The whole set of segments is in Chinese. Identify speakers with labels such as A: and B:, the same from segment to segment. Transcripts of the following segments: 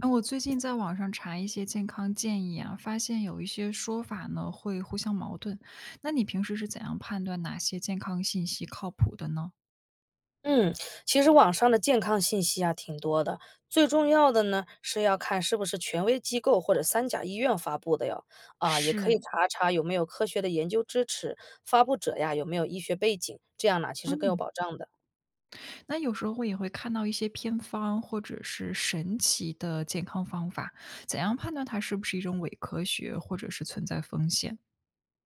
A: 哎，我最近在网上查一些健康建议啊，发现有一些说法呢会互相矛盾。那你平时是怎样判断哪些健康信息靠谱的呢？
B: 嗯，其实网上的健康信息啊挺多的，最重要的呢是要看是不是权威机构或者三甲医院发布的哟。啊，也可以
A: 是，
B: 查查有没有科学的研究支持，发布者呀有没有医学背景，这样呢其实更有
A: 嗯，
B: 保障的。
A: 那有时候我也会看到一些偏方或者是神奇的健康方法，怎样判断它是不是一种伪科学或者是存在风险？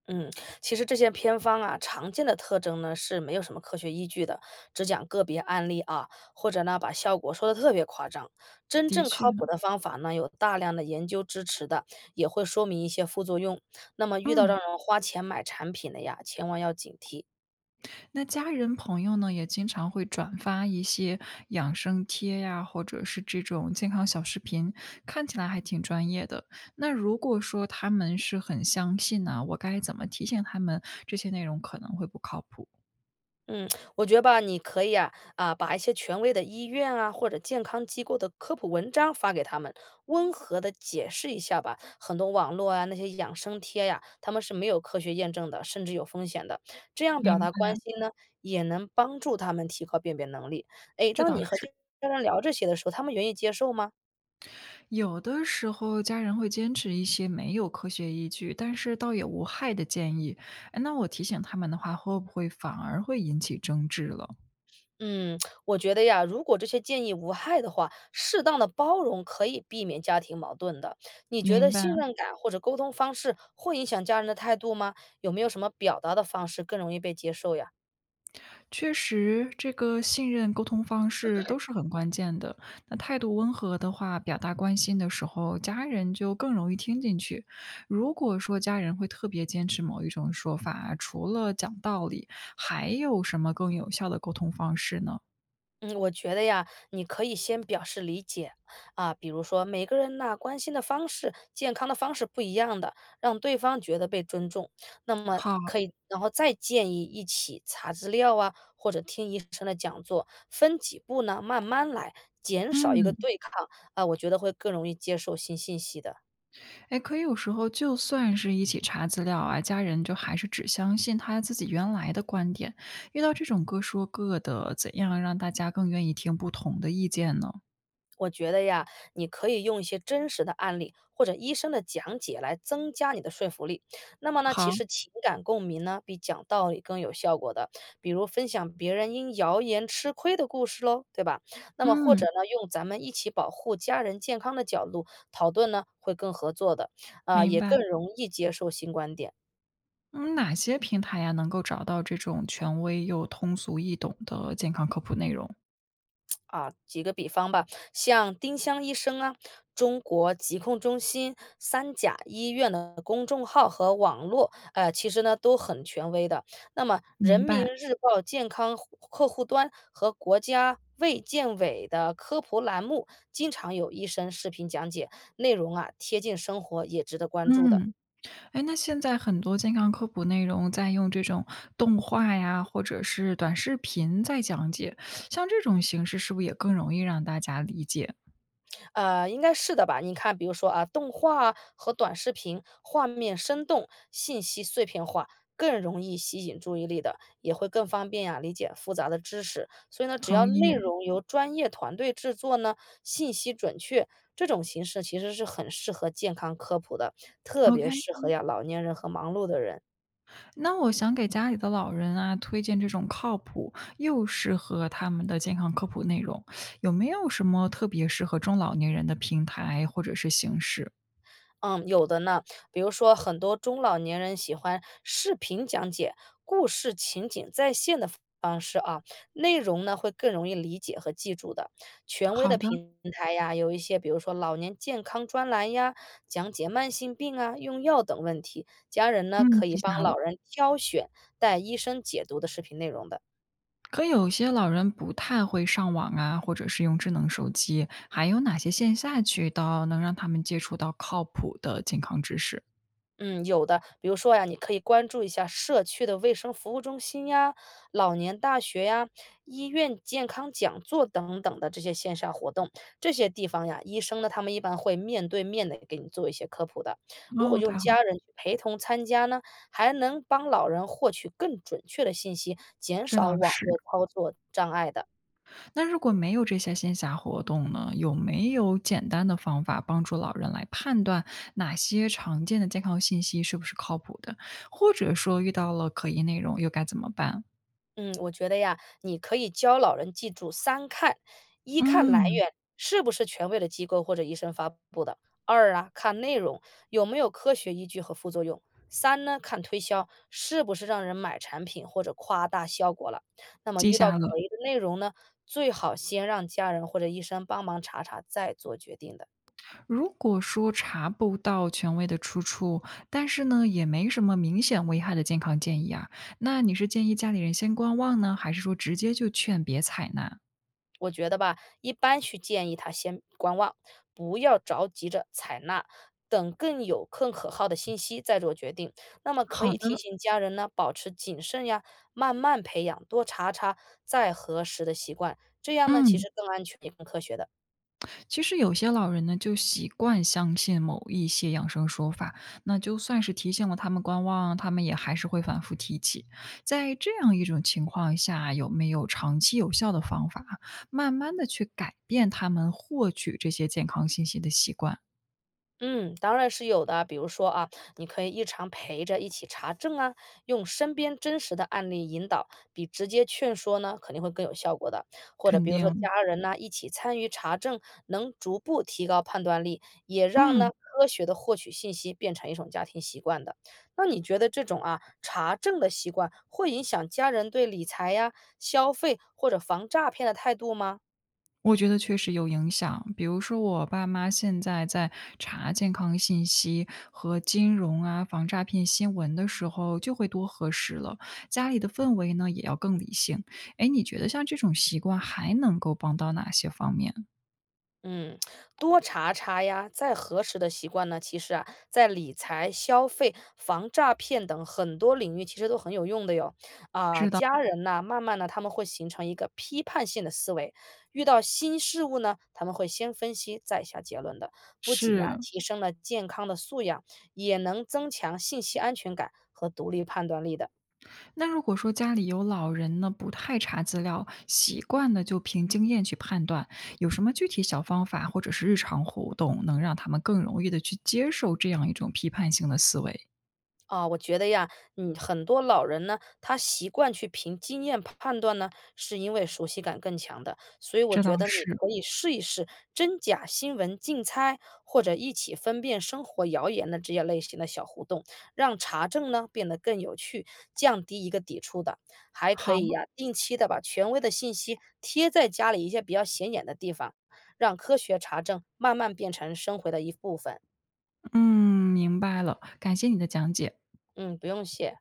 B: 嗯，其实这些偏方啊，常见的特征呢是没有什么科学依据的，只讲个别案例啊，或者呢把效果说的特别夸张。真
A: 的
B: 正
A: 确
B: 靠
A: 呢，
B: 谱的方法呢，有大量的研究支持的，也会说明一些副作用。那么遇到
A: 嗯。
B: 让人花钱买产品的呀，千万要警惕。
A: 那家人朋友呢，也经常会转发一些养生贴呀，或者是这种健康小视频，看起来还挺专业的。那如果说他们是很相信呢、我该怎么提醒他们这些内容可能会不靠谱？
B: 嗯，我觉得吧，你可以啊，把一些权威的医院啊或者健康机构的科普文章发给他们，温和的解释一下吧。很多网络啊那些养生贴呀、他们是没有科学验证的，甚至有风险的。这样表
A: 明
B: 达
A: 白，
B: 关心呢，也能帮助他们提高辨别能力。诶，
A: 这
B: 当
A: 倒
B: 你和
A: 是。
B: 家人聊这些的时候，他们愿意接受吗？
A: 有的时候家人会坚持一些没有科学依据，但是倒也无害的建议。哎，那我提醒他们的话，会不会反而会引起争执了？
B: 嗯，我觉得呀，如果这些建议无害的话，适当的包容可以避免家庭矛盾的。你觉
A: 明
B: 得
A: 白。
B: 信任感或者沟通方式会影响家人的态度吗？有没有什么表达的方式更容易被接受呀？
A: 确实，这个信任沟通方式都是很关键的。那态度温和的话，表达关心的时候，家人就更容易听进去。如果说家人会特别坚持某一种说法，除了讲道理，还有什么更有效的沟通方式呢？
B: 嗯，我觉得呀，你可以先表示理解啊，比如说每个人呐，关心的方式、健康的方式不一样的，让对方觉得被尊重。那么
A: 好，
B: 可以，然后再建议一起查资料啊，或者听医生的讲座，分几步呢，慢慢来，减少一个
A: 嗯，
B: 对抗啊，我觉得会更容易接受新信息的。
A: 哎，可以。有时候就算是一起查资料啊，家人就还是只相信他自己原来的观点。遇到这种各说各的，怎样让大家更愿意听不同的意见呢？
B: 我觉得呀，你可以用一些真实的案例或者医生的讲解来增加你的说服力。那么呢，其
A: 好。
B: 实情感共鸣呢，比讲道理更有效果的。比如分享别人因谣言吃亏的故事喽，对吧？那么或者
A: 嗯，
B: 呢，用咱们一起保护家人健康的角度讨论呢，会更合作的，啊、
A: 明
B: 也
A: 白。
B: 更容易接受新观点。
A: 嗯，哪些平台呀，能够找到这种权威又通俗易懂的健康科普内容？
B: 啊，举个比方吧，像丁香医生啊、中国疾控中心、三甲医院的公众号和网络，其实呢都很权威的。那么，人
A: 明
B: 民
A: 白。
B: 日报健康户客户端和国家卫健委的科普栏目，经常有医生视频讲解，内容啊贴近生活，也值得关注的。
A: 嗯，哎，那现在很多健康科普内容在用这种动画呀，或者是短视频在讲解，像这种形式是不是也更容易让大家理解？
B: 应该是的吧？你看，比如说啊，动画啊和短视频画面生动，信息碎片化，更容易吸引注意力的，也会更方便呀、理解复杂的知识。所以呢，只
A: 同
B: 要
A: 意。
B: 内容由专业团队制作呢，信息准确，这种形式其实是很适合健康科普的，特别
A: OK。
B: 适合呀老年人和忙碌的人。
A: 那我想给家里的老人啊，推荐这种靠谱又适合他们的健康科普内容，有没有什么特别适合中老年人的平台或者是形式？
B: 嗯，有的呢。比如说，很多中老年人喜欢视频讲解故事情景再现的方式啊，内容呢会更容易理解和记住的。权威
A: 好
B: 的
A: 的，
B: 平台呀，有一些，比如说老年健康专栏呀，讲解慢性病啊、用药等问题，家人呢
A: 嗯，
B: 可以
A: 记
B: 帮
A: 下了。
B: 老人挑选带医生解读的视频内容的。
A: 可有些老人不太会上网啊，或者是用智能手机，还有哪些线下渠道能让他们接触到靠谱的健康知识？
B: 嗯，有的，比如说呀，你可以关注一下社区的卫生服务中心呀、老年大学呀、医院健康讲座等等的这些线上活动。这些地方呀，医生呢，他们一般会面对面的给你做一些科普的。如果
A: 哦，
B: 用
A: 太好了，
B: 家人去陪同参加呢，还能帮老人获取更准确的信息，减
A: 这
B: 少
A: 倒
B: 网
A: 是。
B: 络操作障碍的。
A: 那如果没有这些线下活动呢，有没有简单的方法帮助老人来判断哪些常见的健康信息是不是靠谱的？或者说遇到了可疑内容又该怎么办？
B: 嗯，我觉得呀，你可以教老人记住三看：一看来
A: 嗯，
B: 源是不是权威的机构或者医生发布的；二啊，看内容有没有科学依据和副作用；三呢，看推销是不是让人买产品或者夸大效果了。那么
A: 记
B: 遇到
A: 下
B: 可
A: 了。
B: 疑的内容呢，最好先让家人或者医生帮忙查查，再做决定的。
A: 如果说查不到权威的出处，但是呢也没什么明显危害的健康建议啊，那你是建议家里人先观望呢，还是说直接就劝别采纳？
B: 我觉得吧，一般去建议他先观望，不要着急着采纳，等更有更可靠的信息再做决定。那么可
A: 好
B: 以提
A: 的，
B: 醒家人呢，保持谨慎呀，慢慢培养，多查查再核实的习惯，这样呢，其
A: 嗯。
B: 实更安全也更科学的。
A: 其实有些老人呢，就习惯相信某一些养生说法，那就算是提醒了他们观望，他们也还是会反复提起。在这样一种情况下，有没有长期有效的方法啊慢慢的去改变他们获取这些健康信息的习惯？
B: 嗯，当然是有的啊。比如说啊，你可以日常陪着一起查证啊，用身边真实的案例引导，比直接劝说呢肯定会更有效果的。或者
A: 肯
B: 比如说
A: 定
B: 家人呢一起参与查证，能逐步提高判断力，也让呢
A: 嗯。
B: 科学的获取信息变成一种家庭习惯的。那你觉得这种啊查证的习惯会影响家人对理财呀、消费或者防诈骗的态度吗？
A: 我觉得确实有影响。比如说我爸妈现在在查健康信息和金融啊、防诈骗新闻的时候，就会多核实了。家里的氛围呢，也要更理性。诶，你觉得像这种习惯还能够帮到哪些方面？
B: 嗯，多查查呀，再核实的习惯呢，其实啊，在理财、消费、防诈骗等很多领域，其实都很有用的哟。啊，家人呐，慢慢呢，他们会形成一个批判性的思维，遇到新事物呢，他们会先分析再下结论的。不仅呀，
A: 是，
B: 提升了健康的素养，也能增强信息安全感和独立判断力的。
A: 那如果说家里有老人呢，不太查资料，习惯呢就凭经验去判断，有什么具体小方法或者是日常活动，能让他们更容易的去接受这样一种批判性的思维？
B: 啊，我觉得呀，嗯，很多老人呢，他习惯去凭经验判断呢，是因为熟悉感更强的。所以我
A: 这倒
B: 觉得你
A: 是。
B: 可以试一试真假新闻竞猜，或者一起分辨生活谣言的这些类型的小互动，让查证呢变得更有趣，降低一个抵触的。还可
A: 好，
B: 以呀，定期的把权威的信息贴在家里一些比较显眼的地方，让科学查证慢慢变成生活的一部分。
A: 嗯，明白了，感谢你的讲解。
B: 嗯，不用谢。